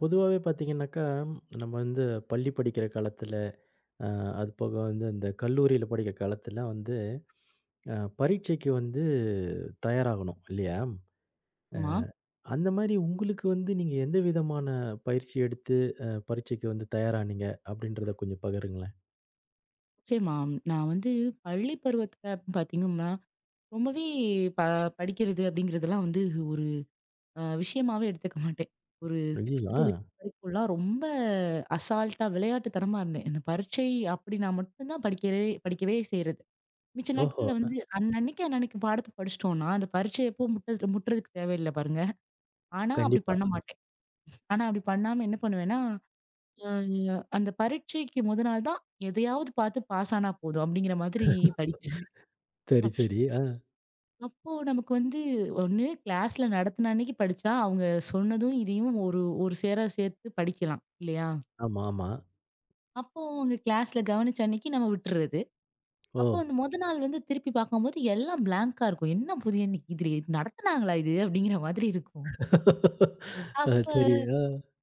பொதுவாவே பார்த்தீங்கன்னாக்கா, நம்ம வந்து பள்ளி படிக்கிற காலத்துல, அ அது போக வந்து இந்த கல்லூரியில படிக்கிற காலத்துல வந்து, அ பரீட்சைக்கு வந்து தயாராகணும் இல்லையா? ஆமா. அந்த மாரி உங்களுக்கு வந்து நீங்க எந்த விதமான பயிற்சி எடுத்து பரீட்சைக்கு வந்து தயாரானீங்க? அப்படின்றத கொஞ்சம் பகிருங்களேன். நிச்சயமா. நான் வந்து பள்ளி பருவத்துல பார்த்தீங்கன்னா, ரொம்பவே ப படிக்கிறது அப்படிங்கிறதெல்லாம் வந்து ஒரு விஷயமாவே எடுத்துக்க மாட்டேன். ஒரு 6த் ஐய்யயோ! டூ ஆ. 8த் வரைக்கும்லாம் ரொம்ப அசால்ட்டா விளையாட்டுத்தனமா இருந்தேன். இந்த பரீட்சை அப்படின்னா மட்டும் தான் படிக்கவே படிக்கவே செய்றது. மிச்ச ஓஹோ! நாட்கள்ல வந்து அன்னன்னைக்கு அன்னன்னைக்கு பாடத்த படிச்சுட்டோம்னா, அந்த பரீட்சை எப்போ முட்ட முட்டுறதுக்கு தேவையில்ல பாருங்க. ஆனா அப்படி கண்டிப்பா. பண்ண மாட்டேன். ஆனா அப்படி பண்ணாம என்ன பண்ணுவேன்னா அ அந்த பரீட்சைக்கு முத நாள் தான் எதையாவது பார்த்து பாஸ் ஆனா போதும் அப்படிங்கிற மாதிரி படிக்கிறது. சரி, சரி. ஆ. அப்போ நமக்கு வந்து ஒண்ணு கிளாஸ்ல நடத்துன அன்னைக்கு படிச்சா, அவங்க சொன்னதும் இதையும் ஒரு ஒரு சேர சேர்த்து படிக்கலாம் இல்லையா? ஆமா, ஆமா. அப்போ அவங்க கிளாஸ்ல கவனிச்ச அன்னைக்கு நம்ம விட்டுறது. ஓ! அப்போ அந்த முத நாள் வந்து திருப்பி பார்க்கும்போது எல்லாம் பிளாங்க்கா இருக்கும். என்ன புது இன்னைக்கு இது நடத்துனாங்களா இது அப்படிங்கிற மாதிரி இருக்கும். அப்ப சரி. ஆ.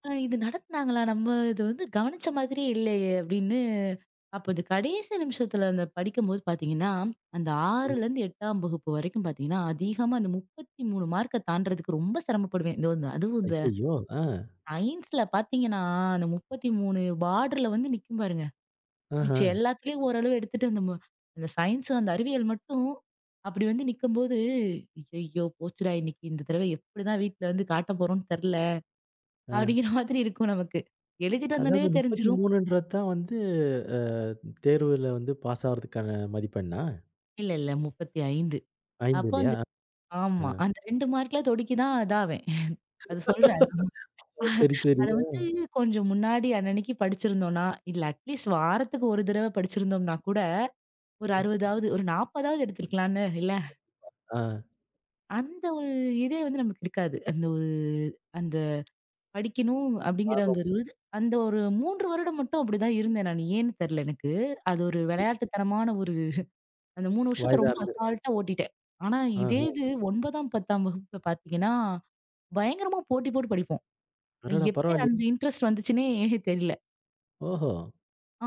இது நடத்துனாங்களா? நம்ம இது வந்து கவனிச்ச மாதிரியே இல்லையே! அப்படின்னு, அப்போ இந்த கடைசி நிமிஷத்துல அந்த படிக்கும்போது பார்த்தீங்கன்னா, அந்த ம். 6லேருந்து 8ஆம் வகுப்பு வரைக்கும் பார்த்தீங்கன்னா, அதிகமா அந்த 33 மார்க்க தாண்டுறதுக்கு ரொம்ப சிரமப்படுவேன். இந்த வந்து அதுவும் இந்த ஐய்யயோ! ஆ. சயின்ஸ்ல பார்த்தீங்கன்னா, அந்த 33 பார்டர்ல வந்து நிக்கும் பாருங்க. ஆஹ. மிச்சம் எல்லாத்துலயும் ஓரளவு எடுத்துட்டு அந்த அந்த சயின்ஸ், அந்த அறிவியல் மட்டும் அப்படி வந்து நிக்கும்போது, ஐயய்யோ! போச்சுடா இன்னைக்கு இந்த தடவை எப்படிதான் வீட்ல வந்து காட்ட போறோம்னு தெர்ல. அப்படிங்கிற மாதிரி இருக்கும் நமக்கு. எழுதிட்டு வந்தோனே அதாவது தெரிஞ்சிரும். 33ன்றது தான் வந்து அ தேர்வுல வந்து பாஸ் ஆவறதுக்கான மதிப்பெண்ணா? இல்ல, 35. 5 அப்போ இல்லையா? அந்த ஆமா. அ. அந்த 2 மார்க்ல தொடுக்கி தான் இதாவேன். அது சொல்றேன். சரி, சரி. அத வந்து கொஞ்சம் முன்னாடி அன்னன்னைக்கு படிச்சிருந்தோம்னா, இல்ல அட்லீஸ்ட் வாரத்துக்கு ஒரு தடவ படிச்சிருந்தோம்னா கூட, ஒரு அ. 60வது, ஒரு 40வது எடுத்திருக்கலாம்ல இல்ல? ஆ. அந்த ஒரு இதே வந்து நமக்கு இருக்காது. அந்த ஒரு அந்த படிக்கணும் அப்படிங்கிற அந்த ஆர்வம் ஒரு அந்த ஒரு 3 வருடம் மட்டும் அப்படிதான் இருந்தேன் நானு. ஏன்னு தெரியல எனக்கு. அது ஒரு விளையாட்டுத்தனமான ஒரு அந்த 3 வருஷத்த வயதா ரொம்ப இருந்திருக்கு. அசால்ட்டா ஓட்டிட்டேன். ஆனா ஆஹ. இதே இது 9ஆம், 10ஆம் வகுப்புல பார்த்தீங்கன்னா, பயங்கரமா போட்டி போட்டு படிப்போம். அடடா! எப்படி பரவாயில்லையே! அந்த இன்ட்ரெஸ்ட் வந்துச்சுன்னே தெரியல. ஓஹோ!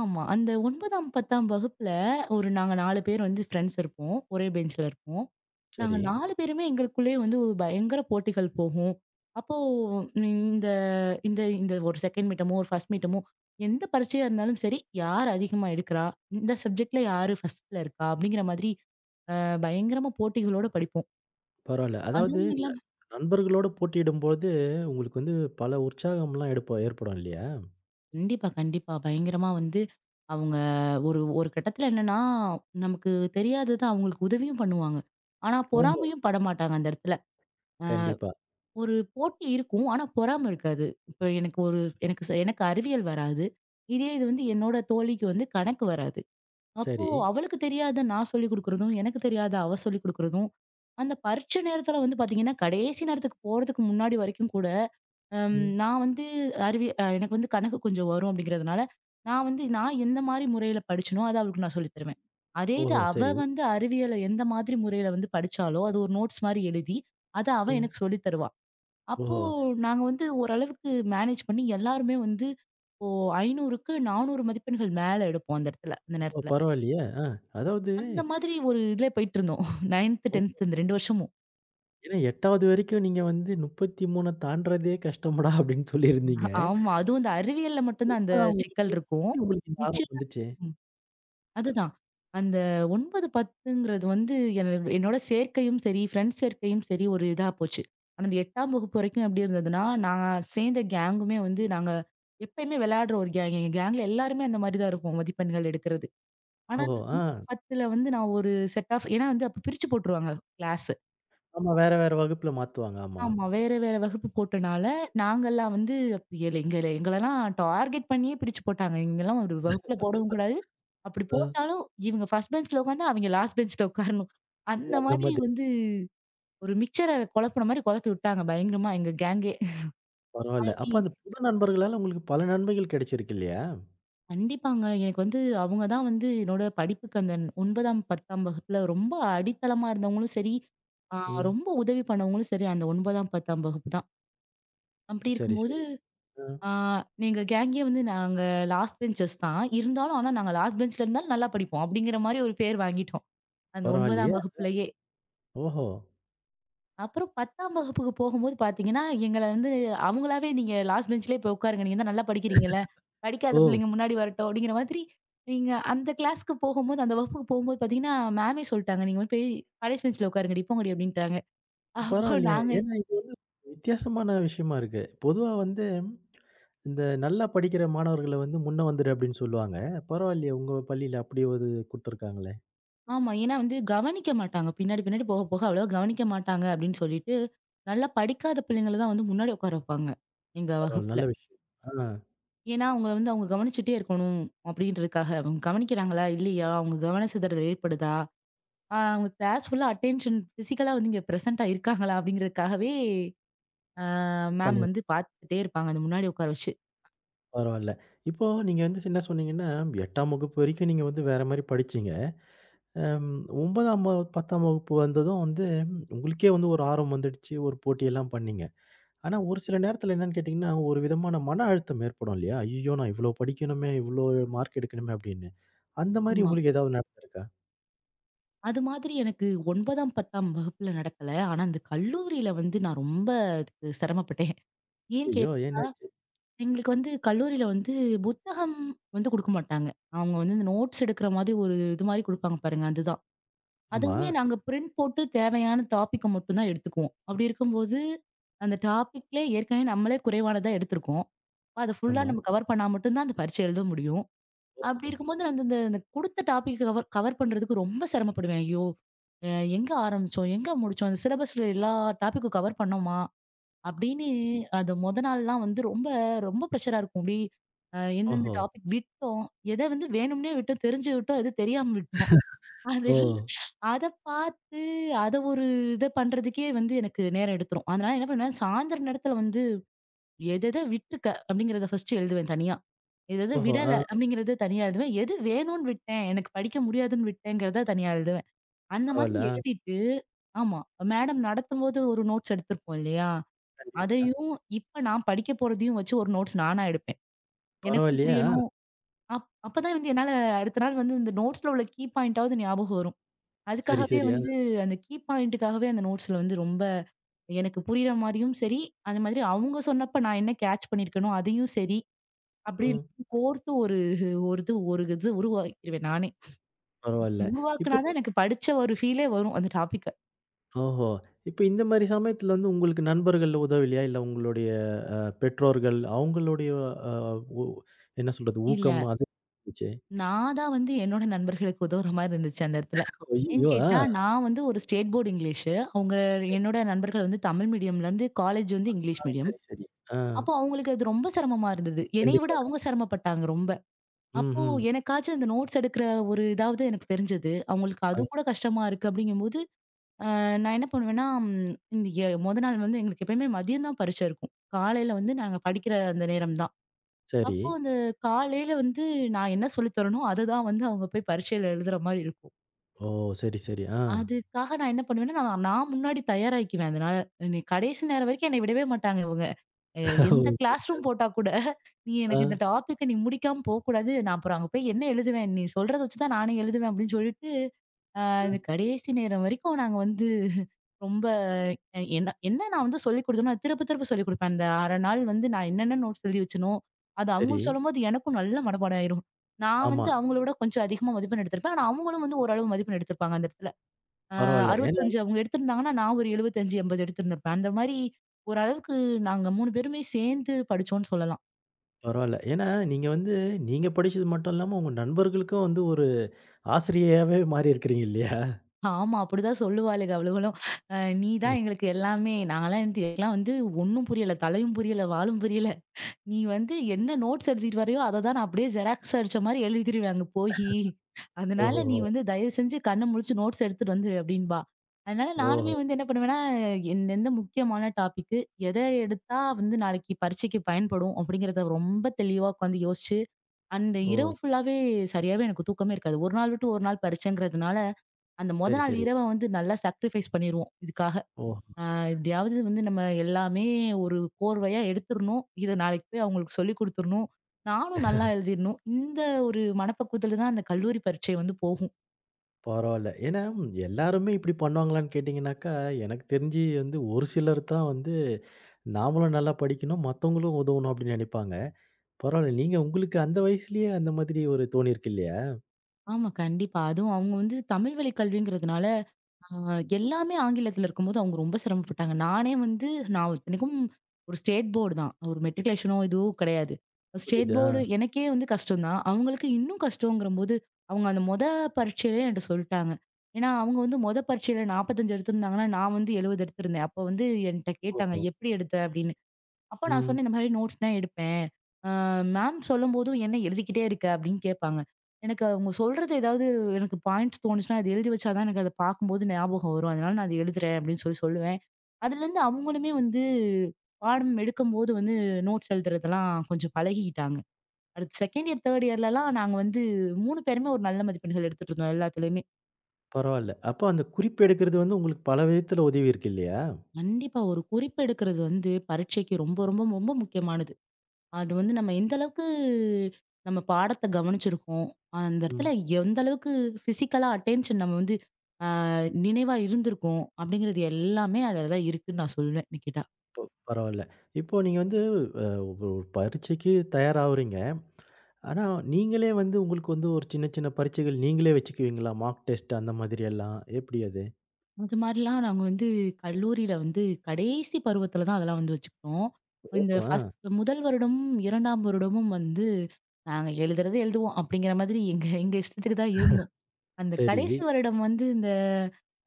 ஆமா. அந்த 9ஆம், 10ஆம் வகுப்புல ஒரு நாங்க 4 பேர் வந்து ஃப்ரெண்ட்ஸ் இருப்போம். ஒரே பெஞ்ச்ல இருப்போம். நாங்க சரி. 4 பேருமே எங்களுக்குள்ளேயே வந்து ஒரு பயங்கர போட்டிகள் போகும். அப்போ உம் இந்த இந்த இந்த ஒரு செகண்ட் மீட்டமோ, ஒரு ஃபர்ஸ்ட் மீட்டமோ எந்த பரீட்சையா இருந்தாலும் சரி, யார் அதிகமா எடுக்கிறா? இந்த சப்ஜெக்ட்ல யாரு ஃபர்ஸ்ட்ல இருக்கா? அப்படிங்கிற மாதிரி பயங்கரமா போட்டிகளோட படிப்போம். பரவால்ல. அதாவது அதுவும் ந இல்லாம நண்பர்களோட போட்டியிடும்போது உங்களுக்கு வந்து பல உற்சாகம்லாம் எடுப்ப ஏற்படும் இல்லையா? கண்டிப்பா, கண்டிப்பா. பயங்கரமா வந்து அவங்க ஒரு ஒரு கட்டத்துல என்னன்னா, நமக்கு தெரியாதத அவங்களுக்கு உதவியும் பண்ணுவாங்க. ஆனா ஓஹோ! பொறாமையும் படமாட்டாங்க அந்த இடத்துல. அ கண்டிப்பா. ஒரு போட்டி இருக்கும். ஆனா பொறாம இருக்காது. இப்ப எனக்கு ஒரு எனக்கு எனக்கு அறிவியல் வராது. இதே இது வந்து என்னோட தோழிக்கு வந்து கணக்கு வராது. அப்போ சரி. அவளுக்கு தெரியாத நான் சொல்லிக் குடுக்குறதும், எனக்கு தெரியாத அவ சொல்லிக் குடுக்குறதும், அந்த பரீட்சை நேரத்துல வந்து பாத்தீங்கன்னா, கடைசி நேரத்துக்கு போறதுக்கு முன்னாடி வரைக்கும் கூட ம். நான் வந்து அறிவி அ எனக்கு வந்து கணக்கு கொஞ்சம் வரும் அப்படிங்கிறதுனால, நான் வந்து நான் எந்த மாரி முறையில படிச்சேனோ, அத அவளுக்கு நான் சொல்லி தருவேன். அதே இது ஓஹோ! அவ சரி. வந்து அறிவியல எந்த மாதிரி முறையில வந்து படிச்சாளோ, அது ஒரு நோட்ஸ் மாரி எழுதி, அத அவ ம். எனக்கு சொல்லி தருவா. அப்போ ஓஹோ! நாங்க வந்து ஓரளவுக்கு மேனேஜ் பண்ணி எல்லாருமே வந்து இப்போ 500க்கு 400 மதிப்பெண்கள் மேல எடுப்போம் அந்த இடத்துல, அந்த ஓ நேரத்துல. பரவாயில்லையே! ஆ. அதாவது அந்த மாதிரி ஒரு இதுல போயிட்டுருந்தோம். 9த், 10த் இந்த 2 வருஷமும். ஏன்னா 8வது வரைக்கும் நீங்க வந்து 33 தாண்டுறதே கஷ்டம்டா அப்படின்னு சொல்லியிருந்தீங்க. ஆமா. அதுவும் இந்த அறிவியல்ல மட்டும் தான் அந்த அப்பதான் உங்களுக்கு சிக்கல் இருக்கும். எப்படி உங்களுக்கு இந்த மிச்ச ஆர்வம் வந்துச்சு? அதுதான். அந்த 9, 10ங்கிறது வந்து என என்னோட சேர்க்கையும் சரி, ஃப்ரெண்ட்ஸ் சேர்க்கையும் சரி ஒரு இதா போச்சு. ஆனா அந்த 8ஆம் வகுப்பு வரைக்கும் எப்படி இருந்ததுன்னா, நான் சேர்ந்த கேங்குமே வந்து நாங்க எப்பயுமே விளையாடுற ஒரு கேங். எங்க கேங்ல எல்லாருமே அந்த மாரி தான் இருப்போம் மதிப்பெண்கள் எடுக்கிறது. ஆனா ஓஹோ! அந்த ஆ 9, 10ல வந்து நான் ஒரு செட் ஆஃப் ஏன்னா வந்து அப்ப பிரிச்சு போட்டுருவாங்க கிளாஸ். ஆமா. வேற வேற வகுப்புல மாத்துவாங்க. ஆமா. ஆமா. வேற, வேற வகுப்பு போட்டனால, நாங்கலாம் வந்து எங்கள எங்களலாம் டார்கெட் பண்ணியே பிரிச்சு போட்டாங்க. இங்கலாம் ஒரு வகுப்புல போடவும் கூடாது. அப்படி ஆ போட்டாலும், இவங்க ஃபர்ஸ்ட் பெஞ்ச்ல உட்கார்ந்தா, அவங்க லாஸ்ட் பெஞ்ச்ல உட்காரணும். அந்த அந்த மாதிரி மாதிரி வந்து ஒரு மிக்சர குழப்புன மாரி குழப்பி விட்டாங்க பயங்கரமா எங்க கேங்கே. பரவால்ல. அப்படி அப்ப அந்த புது நண்பர்களால உங்களுக்கு பல நன்மைகள் கிடைச்சிருக்கு இல்லையா? கண்டிப்பாங்க. எனக்கு வந்து அவங்க தான் வந்து என்னோட படிப்புக்கு அந்த 9ஆம், 10ஆம் வகுப்புல ரொம்ப அடித்தளமா இருந்தவங்களும் சரி, ஆ ம். ரொம்ப உதவி பண்ணவங்களும் சரி, அந்த 9ஆம், 10ஆம் வகுப்பு தான். அப்படி சரி, இருக்கும்போது சரி. ஆ ஆ எங்க கேங்கே வந்து நாங்க லாஸ்ட் பெஞ்சர்ஸ் தான். இருந்தாலும் ஆனா நாங்க லாஸ்ட் பெஞ்ச்ல இருந்தாலும் நல்லா படிப்போம். அப்படிங்கிற மாரி ஒரு பேர் வாங்கிட்டோம். அந்த பரவாயில்லையே! 9ஆம் வகுப்புலயே. ஓஹோ! அப்புறம் 10ஆம் வகுப்புக்கு போகும்போது பார்த்தீங்கன்னா, எங்கள வந்து அவங்களாவே நீங்க லாஸ்ட் பெஞ்ச்லயே போய் உட்காருங்க. நீங்க தான் நல்லா படிக்கிறீங்கல்ல. படிக்காத ஓ! பிள்ளைங்க முன்னாடி வரட்டும் அப்படிங்கிற மாதிரி, நீங்க அந்த கிளாஸ்க்கு போகும்போது, அந்த வகுப்புக்கு போகும்போது பார்த்தீங்கன்னா, மேமே சொல்ட்டாங்க. நீங்க வந்து போய் கடைசி பெஞ்ச்ல உட்காருங்கடி, போங்கடி அப்படின்ட்டாங்க. அப்போ பரவாயில்லையே! நாங்க ஏன்னா இது வந்து வித்தியாசமான விஷயமா இருக்கு. பொதுவா வந்து இந்த நல்லா படிக்கிற மாணவர்கள வந்து முன்ன வந்துரு அப்படின்னு சொல்லுவாங்க. பரவாயில்லையே உங்க பள்ளியில அப்படி ஒரு குடுத்துருக்காங்களே! ஆமா. ஏன்னா வந்து கவனிக்க மாட்டாங்க. பின்னாடி, பின்னாடி போக, போக அவ்வளவா கவனிக்க மாட்டாங்க அப்படின்னு சொல்லிட்டு, நல்லா படிக்காத பிள்ளைங்கள தான் வந்து முன்னாடி உட்கார வைப்பாங்க, எங்க பரவால்ல. வகுப்புல. நல்ல விஷயம். ஆ ஏன்னா, அவங்கள வந்து அவங்க கவனிச்சுட்டே இருக்கணும் அப்படின்றதுக்காக. அவங்க கவனிக்கிறாங்களா? இல்லையா? அவங்க கவன சிதறல் ஏற்படுதா? அவங்க கிளாஸ் ஃபுல்லா அட்டென்ஷன் பிசிக்கலா வந்து இங்க பிரசென்ட்டா இருக்காங்களா? அப்படிங்கிறதுக்காகவே ஆ மேம் பண்ணி வந்து பார்த்துட்டே இருப்பாங்க, அந்த முன்னாடி உட்கார வச்சு. பரவால்ல. இப்போ நீங்க வந்து என்ன சொன்னீங்கன்னா, 8ஆம் வகுப்பு வரைக்கும் நீங்க வந்து வேற மாரி படிச்சீங்க. அம் 9ஆம், 10ஆம் வகுப்பு வந்ததும் வந்து உங்களுக்கே வந்து ஒரு ஆர்வம் வந்துடுச்சு. ஒரு போட்டியெல்லாம் பண்ணீங்க. ஆனா ஒரு சில நேரத்தில என்னன்னு கேட்டீங்கன்னா, ஒரு விதமான மன அழுத்தம் ஏற்படும் இல்லையா? ஐய்யயோ! நான் இவ்ளோ படிக்கணுமே, இவ்ளோ மார்க் எடுக்கணுமே அப்படின்னு. அந்த மாரி ஆமா. உங்களுக்கு ஏதாவது நடந்திருக்கா? அது மாதிரி எனக்கு 9ஆம், 10ஆம் வகுப்புல நடக்கல. ஆனா, அந்த கல்லூரியில வந்து நான் ரொம்ப அதுக்கு சிரமப்பட்டேன். ஏன்னு ஐய்யயோ! என்னாச்சு? எங்களுக்கு வந்து கல்லூரியில வந்து புத்தகம் வந்து குடுக்க மாட்டாங்க. அவங்க வந்து இந்த நோட்ஸ் எடுக்கிற மாதிரி ஒரு இது மாரி குடுப்பாங்க பாருங்க, அதுதான். ஆமா, அதுவுமே நாங்க பிரிண்ட் போட்டு தேவையான டாபிக்க மட்டும் தான் எடுத்துக்குவோம். அப்படி இருக்கும்போது, அந்த டாபிக்லே ஏற்கனவே நம்மளே குறைவானதா எடுத்திருக்கோம். அத ஃபுல்லா ஆமா. நம்ம கவர் பண்ணா மட்டும் தான் அந்த பரீட்சை எழுத முடியும். அப்படி ஓஹோ! இருக்கும்போது அந்த அந்த அந்த குடுத்த டாபிக் கவர் கவர் பண்றதுக்கு ரொம்ப சிரமப்படுவேன். ஐயோ! அ எங்க ஆரம்பிச்சோம்? எங்க முடிச்சோம்? அந்த சிலபஸ்ல எல்லா டாபிக்கும் கவர் பண்ணோமா? அப்படின்னு அது மொத நாள்லாம் வந்து ரொம்ப, ரொம்ப ப்ரெஷரா இருக்கும். அப்படி எந்தெந்த ஓஹோ! டாபிக் விட்டோம், எத வந்து வேணும்னே விட்டோம், தெரிஞ்சு விட்டோம், எது தெரியாம விட்டோம். அது ஓ! அத பார்த்து அத ஒரு இத பண்றதுக்கே வந்து எனக்கு நேரம் எடுத்துரும். அதனால என்ன பண்ணுவேன், சாயந்தர நேரத்துல வந்து எத எத விட்டுருக்க அப்படிங்கிறத ஃபர்ஸ்ட் எழுதுவேன் தனியா. எத எத ஓஹோ! ஆ விடல அப்படிங்கிறத தனியா எழுதுவேன். எது வேணும்னு விட்டேன், எனக்கு படிக்க முடியாதுன்னு விட்டேங்கிறத தனியா எழுதுவேன். அந்த பரவால்ல. மாதிரி ஆ எழுதிட்டு ஆமா மேடம் நடத்தும்போது ஒரு நோட்ஸ் எடுத்திருப்போம் இல்லையா? அதையும் இப்ப நான் படிக்க போறதையும் வச்சு ஒரு நோட்ஸ் நானா எடுப்பேன். எனக்கும் பரவாயில்லையே! ஆ. புரியணும். அப்பதான் வந்து என்னால அடுத்த நாள் வந்து இந்த நோட்ஸ்ல உள்ள கீ பாயிண்டாவது ஞாபகம் வரும். சரி, அதுக்காகவே சரி. ஆ. வந்து அந்த கீ பாயிண்ட்டுக்காகவே அந்த நோட்ஸ்ல வந்து ரொம்ப எனக்கு புரியிற மாரியும் சரி, அந்த மாதிரி அவங்க சொன்னப்ப நான் என்ன கேட்ச் பண்ணியிருக்கேனோ அதையும் சரி, அப்படி ம். கோர்த்து ஒரு ஒரு இது ஒரு இது உருவாக்கிருவேன் நானே. பரவால்ல. இப்போ உருவாக்குனா தான் எனக்கு படிச்ச ஒரு ஃபீலே வரும் அந்த டாபிக்க. ஓஹோ! இப்போ இந்த மாரி சமயத்துல வந்து உங்களுக்கு நண்பர்கள் உதவலையா? இல்ல உங்களுடைய பெற்றோர்கள் அவங்களுடைய அ உ என்ன சொல்றது? ஊக்கம் இல்ல. அது இருந்துச்சு. நான் தான் வந்து என்னோட நண்பர்களுக்கு உதவுற மாரி இருந்துச்சு அந்த இடத்துல. ஏன்னு ஐய்யயோ! ஆ கேட்டா, நான் வந்து ஒரு ஸ்டேட் போர்டு இங்கிலீஷு. அவங்க சரி, என்னோட நண்பர்கள் வந்து தமிழ் மீடியம்லேருந்து காலேஜ் வந்து இங்கிலீஷ் ஆ மீடியம். சரி, சரி. ஆ அப்போ அவங்களுக்கு அது ரொம்ப சிரமமா இருந்தது. என்னைய விட கண்டிப்பா, அவங்க கண்டிப்பா. சிரமப்பட்டாங்க ரொம்ப. ம், அப்போ ம். எனக்காச்சும் இந்த நோட்ஸ் எடுக்கிற ஒரு இதாவது எனக்கு தெரிஞ்சது. அவங்களுக்கு அ அது கூட கஷ்டமா இருக்கு அப்படிங்கும்போது, நான் என்ன பண்ணுவேன்னா, இந்த மொத நாள் வந்து எங்களுக்கு எப்பயுமே மதியம் தான் பரீட்சை இருக்கும். காலையில வந்து நாங்க படிக்கிற அந்த நேரம் தான். சரி. அப்போ அந்த காலையில வந்து நான் என்ன சொல்லி தரேனோ, அததான் வந்து அவங்க போய் பரீட்சையில எழுதுற மாரி இருக்கும். ஓ! சரி, சரி. ஆ. அதுக்காக நான் என்ன பண்ணுவேன்னா, நான் நான் முன்னாடி தயாராகிக்குவேன். அதனால நீ கடைசி நேரம் வரைக்கும் என்னை விடவே மாட்டாங்க இவங்க. அ ஓ! எந்த கிளாஸ் சரி. ரூம் போட்டா கூட, "நீ ஆ, எனக்கு இந்த டாபிக்க நீ முடிக்காம போக்கூடாது. நான் அப்புறம் அங்க போய் என்ன எழுதுவேன்? நீ சொல்றத வச்சு தான் நானே எழுதுவேன்." அப்படின்னு சொல்லிட்டு, அ ஆ. இந்த கடைசி நேரம் வரைக்கும் நாங்க வந்து ரொம்ப என்ன என்ன நான் வந்து சொல்லிக் கொடுத்தேனோ, அது திருப்ப திருப்ப சொல்லிக் குடுப்பேன். அந்த 1/2 நாள் வந்து நான் என்னென்ன நோட்ஸ் எழுதி வச்சேனோ, அது சரி. அவங்களுக்கு சொல்லும்போது எனக்கும் நல்ல மனப்பாடம் ஆயிரும். நான் ஆமா. வந்து அவங்கள விட கொஞ்சம் அதிகமா மதிப்பெண் எடுத்திருப்பேன். ஆனா, அவங்களும் வந்து ஓரளவு மதிப்பெண் எடுத்திருப்பாங்க அந்த இடத்துல. அ பரவால்ல. ஏன்னா 65 அவங்க எடுத்திருந்தாங்கன்னா, நான் ஒரு 75, 80 எடுத்திருந்திருப்பேன். அந்த மாரி ஓரளவுக்கு நாங்க 3 பேருமே சேர்ந்து படிச்சோம்ன்னு சொல்லலாம். பரவால்ல. ஏன்னா நீங்க வந்து நீங்க படிச்சது மட்டும் இல்லாம உங்க நண்பர்களுக்கும் வந்து ஒரு ஆசிரியையாவே மாறியிருக்கிறீங்க இல்லையா? ஆமா, அப்படிதான் சொல்லுவாளுக அவளுகளும். நீ தான் எங்களுக்கு எல்லாமே. நாங்கலாம் வந்து எங்களுக்கெல்லாம் வந்து ஒண்ணும் புரியல. தலையும் புரியல, வாலும் புரியல." நீ வந்து என்ன நோட்ஸ் எழுதிட்டு வரையோ, அத தான் நான் அப்படியே ஜெராக்ஸ் அடிச்ச மாரி எழுதிருவேன் அங்க போயி. அதனால நீ ஓஹோஹோ! வந்து தயவு செஞ்சு கண்ண முழிச்சு நோட்ஸ் எடுத்துட்டு வந்துரு அப்படின்பா. அதனால நானுமே ஓஹோ! வந்து என்ன பண்ணுவேன்னா, எந்த முக்கியமான டாபிக்கு, எத எடுத்தா வந்து நாளைக்கு பரீட்சைக்கு பயன்படும் அப்படிங்கிறத ரொம்ப தெளிவா உட்காந்து யோசிச்சு, அந்த ஓ! இரவு ஃபுல்லாவே சரியாவே எனக்கு தூக்கமே இருக்காது. ஒரு நாள் விட்டு ஒரு நாள் பரீட்சைங்கிறதுனால, அந்த மொத சரி, நாள் சரி. இரவ வந்து நல்லா சாக்ரிஃபைஸ் பண்ணிருவோம் இதுக்காக. ஓ! ஆ எப்படியாவது வந்து நம்ம எல்லாமே ஒரு கோர்வையா எடுத்துறணும். இத நாளைக்கு போய் அவங்களுக்கு சொல்லிக் குடுத்துறணும். நானும் நல்லா எழுதிறணும். இந்த ஒரு மனப்பக்குவத்துல தான் அந்த கல்லூரி பரீட்சை வந்து போகும். பரவால்ல. ஏன்னா, எல்லாருமே இப்படி பண்ணுவாங்களான்னு கேட்டீங்கன்னாக்கா, எனக்கு தெரிஞ்சு வந்து ஒரு சிலர் தான் வந்து, நாமளும் நல்லா படிக்கணும், மத்தவங்களும் உதவணும் அப்படின்னு நெனைப்பாங்க. பரவால்ல, நீங்க உங்களுக்கு அந்த வயசுலயே அந்த மாதிரி ஒரு தோணியிருக்கு இல்லையா? ஆமா, கண்டிப்பா. அதுவும் அவங்க வந்து தமிழ் வழி கல்விங்கிறதுனால, ஆ எல்லாமே ஆங்கிலத்துல இருக்கும்போது அவங்க ரொம்ப சிரமப்பட்டாங்க. நானே வந்து நான் இத்தனைக்கும் ஒரு ஸ்டேட் போர்டு தான். ஒரு மெட்ரிகுலேஷனோ இதுவோ கிடையாது. ஸ்டேட் புரியுது. ஆ. போர்டு எனக்கே வந்து கஷ்டம் தான். அவங்களுக்கு இன்னும் கஷ்டங்கிறபோது, அவங்க அந்த மொத பரீட்சையிலே என்ட்ட சொல்ட்டாங்க. ஏன்னா, அவங்க வந்து மொத பரீட்சையில 45 எடுத்திருந்தாங்கன்னா, நான் வந்து 70 எடுத்திருந்தேன். அப்போ வந்து என்ட்ட கேட்டாங்க, ஓஹோ! "எப்படி எடுத்த?" அப்படின்னு. அப்ப நான் ம். சொன்னேன், இந்த மாதிரி நோட்ஸ்லாம் எடுப்பேன். அ மேம் சொல்லும்போதும் என்ன எழுதிக்கிட்டே இருக்க? அப்படின்னு கேட்பாங்க. எனக்கு அவங்க சொல்றது ஏதாவது எனக்கு பாயிண்ட்ஸ் தோணுச்சுன்னா, அது எழுதி வச்சா தான் எனக்கு அத பார்க்கும்போது ஞாபகம் வரும். அதனால நான் அத எழுதுறேன் அப்படின்னு சொல்லி சொல்லுவேன். அதுலேருந்து அவங்களுமே வந்து பாடம் எடுக்கும்போது வந்து நோட்ஸ் எழுதுறதெல்லாம் கொஞ்சம் பழகிக்கிட்டாங்க. அடுத்து 2ண்ட் இயர், 3ர்ட் இயர்லலாம் நாங்க வந்து 3 பேருமே ஒரு நல்ல மதிப்பெண்கள் எடுத்துட்டு இருந்தோம் எல்லாத்துலயுமே. பரவால்ல. அப்போ அந்த குறிப்பு எடுக்கிறது வந்து உங்களுக்கு பல விதத்துல உதவியிருக்கு இல்லையா? கண்டிப்பா ஒரு குறிப்பு எடுக்கிறது வந்து பரீட்சைக்கு ரொம்ப ரொம்ப ரொம்ப முக்கியமானது. அது வந்து நம்ம எந்த அளவுக்கு நம்ம பாடத்த கவனிச்சிருக்கோம். அந்த ம். இடத்துல எந்த அளவுக்கு பிசிக்கலா அட்டென்ஷன் நம்ம வந்து அ நினைவா இருந்திருக்கோம். அப்படிங்கிறது எல்லாமே அதுல தான் இருக்குன்னு நான் சொல்வேன் என்ன கேட்டா. பரவால்ல. இப்போ நீங்க வந்து அ ஒரு பரீட்சைக்கு தயாராவுறீங்க. ஆனா, நீங்களே வந்து உங்களுக்கு வந்து ஒரு சின்ன, சின்ன பரீட்சைகள் நீங்களே வச்சுக்குவீங்களா? மார்க் டெஸ்ட் அந்த மாதிரி எல்லாம். எப்படி அது? அது மாரிலாம் நாங்க வந்து கல்லூரியில வந்து கடைசி பருவத்துல தான் அதெல்லாம் வந்து வச்சுக்கிட்டோம். ஓஹோ! இந்த ஆ. ஃபர்ஸ்ட் முதல் வருடமும், 2ஆம் வருடமும் வந்து நாங்க எழுதுறது எழுதுவோம். அப்படிங்கிற மாதிரி எங்க எங்க இஷ்டத்துக்கு தான் இருந்தோம். அந்த சரி. கடைசி வருடம் வந்து இந்த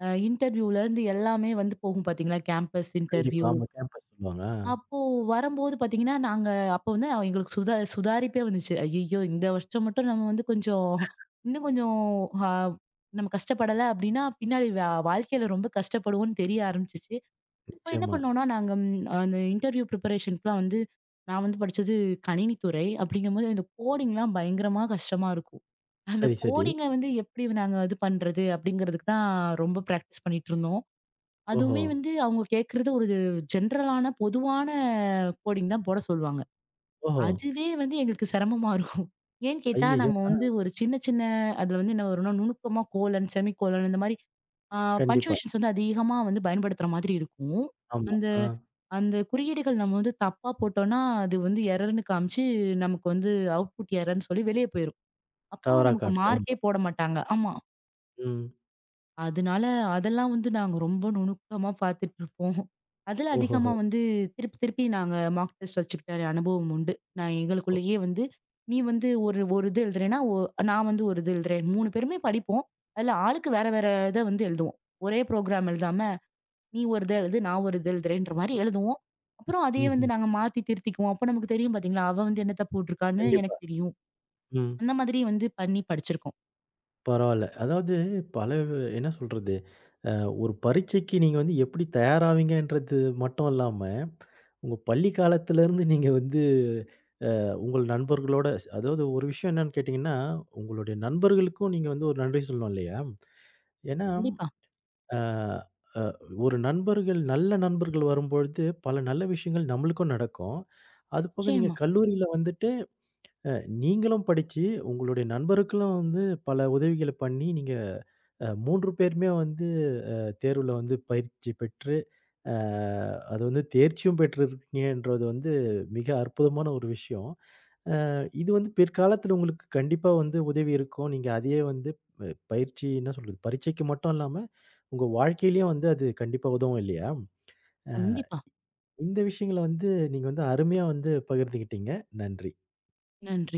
இன்டர்வியூல இருந்து எல்லாமே வந்து போகும் பார்த்தீங்களா? கேம்பஸ் கண்டிப்பா. இன்டர்வியூ. ஆமா. கேம்பஸ் சொல்லுவாங்க. ஆ. அப்போ வரும்போது பாத்தீங்கன்னா, நாங்க அப்போ வந்து எங்களுக்கு சுதாரிப்பே வந்துச்சு. ஐய்யய்யோ! இந்த வருஷம் மட்டும் நம்ம வந்து கொஞ்சம் இன்னும் கொஞ்சம் அ நம்ம கஷ்டப்படல அப்டின்னா, பின்னாடி வாழ்க்கையில ரொம்ப கஷ்டப்படுவோம்னு தெரிய ஆரம்பிச்சுச்சு. அப்போ என்ன நிச்சயமா. பண்ணோம்னா, நாங்க அந்த இன்டர்வியூ ப்ரிப்பரேஷன்க்குலாம் வந்து நான் வந்து படிச்சது கணினித்துறை. அப்படிங்கும்போது இந்த கோடிங்லாம் பயங்கரமா கஷ்டமா இருக்கும். அந்த சரி, சரி. கோடிங்க வந்து எப்படி நாங்க இது பண்றது? அப்படிங்கிறதுக்கு தான் ரொம்ப பிராக்டிஸ் பண்ணிட்டு இருந்தோம். ஓஹோ! அதுவுமே வந்து அவங்க கேட்கறது ஒரு ஜென்ரலான பொதுவான கோடிங் தான் போட சொல்லுவாங்க. ஓஹோ! அதுவே வந்து எங்களுக்கு சிரமமா இருக்கும். ஏன்னு கேட்டா, ஐயய்யோ! நம்ம வந்து ஒரு சின்ன சின்ன அதுல வந்து என்ன வரும்னா, நுணுக்கமா கோலன், செமிகோலன் இந்த மாரி ஆ கண்டிப்பா. பங்க்சுவேஷன்ஸ் வந்து அதிகமா வந்து பயன்படுத்துற மாதிரி இருக்கும். ஆமா. அந்த ஆ. அந்த குறியீடுகள் நம்ம வந்து தப்பா போட்டோம்னா, அது வந்து எரர்ன்னு காமிச்சு நமக்கு வந்து அவுட்புட் எரர்ன்னு சொல்லி வெளிய போயிரும். அப்போ தவறா நமக்கு காட்டுக்கு. மார்க்கே ஆமா. போட மாட்டாங்க. ஆமா. ம். அதனால அதெல்லாம் வந்து நாங்க ரொம்ப நுணுக்கமா பார்த்துட்டு இருப்போம். அதில ஓஹோஹோ! அதிகமா வந்து திருப்பி திருப்பி நாங்க மார்க் டெஸ்ட் வச்சுக்கிட்ட அனுபவம் உண்டு. நான் ஒ எங்களுக்குள்ளேயே வந்து, நீ வந்து ஒரு ஒரு இது எழுதுறேன்னா, நான் வந்து ஒரு இது எழுதுறேன். 3 பேருமே படிப்போம். அதில ஆளுக்கு வேற வேற இத வந்து எழுதுவோம். ஒரே புரோகிராம் எழுதாம, நீ ஒரு இத எழுது, நான் ஒரு இது எழுதுறேன்ற மாரி எழுதுவோம். அப்புறம் அதையே வந்து ம்ஹ்ம். நாங்க மாத்தி திருத்திக்குவோம். அப்ப நமக்கு தெரியும் பார்த்தீங்களா, அவ வந்து என்ன தப்பு விட்டுருக்கான்னு கண்டிப்பா. எனக்கு தெரியும். ம். அந்த மாதிரி வந்து பண்ணி படிச்சிருக்கோம். பரவால்ல. அதாவது பல என்ன சொல்றது? அ ஒரு பரீட்சைக்கு நீங்க வந்து எப்படி தயாராவீங்கன்றது மட்டும் இல்லாம, உங்க பள்ளி காலத்திலருந்து நீங்க வந்து உங்கள் நண்பர்களோட அதாவது ஒரு விஷயம் என்னன்னு கேட்டீங்கன்னா, உங்களுடைய நண்பர்களுக்கும் நீங்க வந்து ஒரு நன்றி சொல்லணும் இல்லையா? ஏன்னா, ம். கண்டிப்பா. அ அ ஒரு நண்பர்கள் நல்ல நண்பர்கள் வரும்பொழுது, பல நல்ல விஷயங்கள் நம்மளுக்கும் நடக்கும். அதுபோக நீங்க நிச்சயமா. கல்லூரியில வந்துட்டு, அ நீங்களும் படிச்சு, உங்களுடைய நண்பருக்களும் வந்து பல உதவிகள பண்ணி, நீங்க 3 பேருமே வந்து தேர்வுல வந்து பயிற்சி பெற்று, அ அது வந்து தேர்ச்சியும் பெற்றிருக்கீங்கன்றது வந்து மிக அற்புதமான ஒரு விஷயம். அ இது வந்து பிற்காலத்துல உங்களுக்கு கண்டிப்பா வந்து உதவி இருக்கும். நீங்க அதையே வந்து பயிற்சி என்ன சொல்றது? பரீட்சைக்கு மட்டும் இல்லாம, உங்க வாழ்க்கையிலயும் வந்து அது கண்டிப்பா உதவும் இல்லையா? அ கண்டிப்பா. இந்த விஷயங்கள வந்து நீங்க வந்து அருமையா வந்து பகிர்ந்துக்கிட்டீங்க. நன்றி. நன்றி.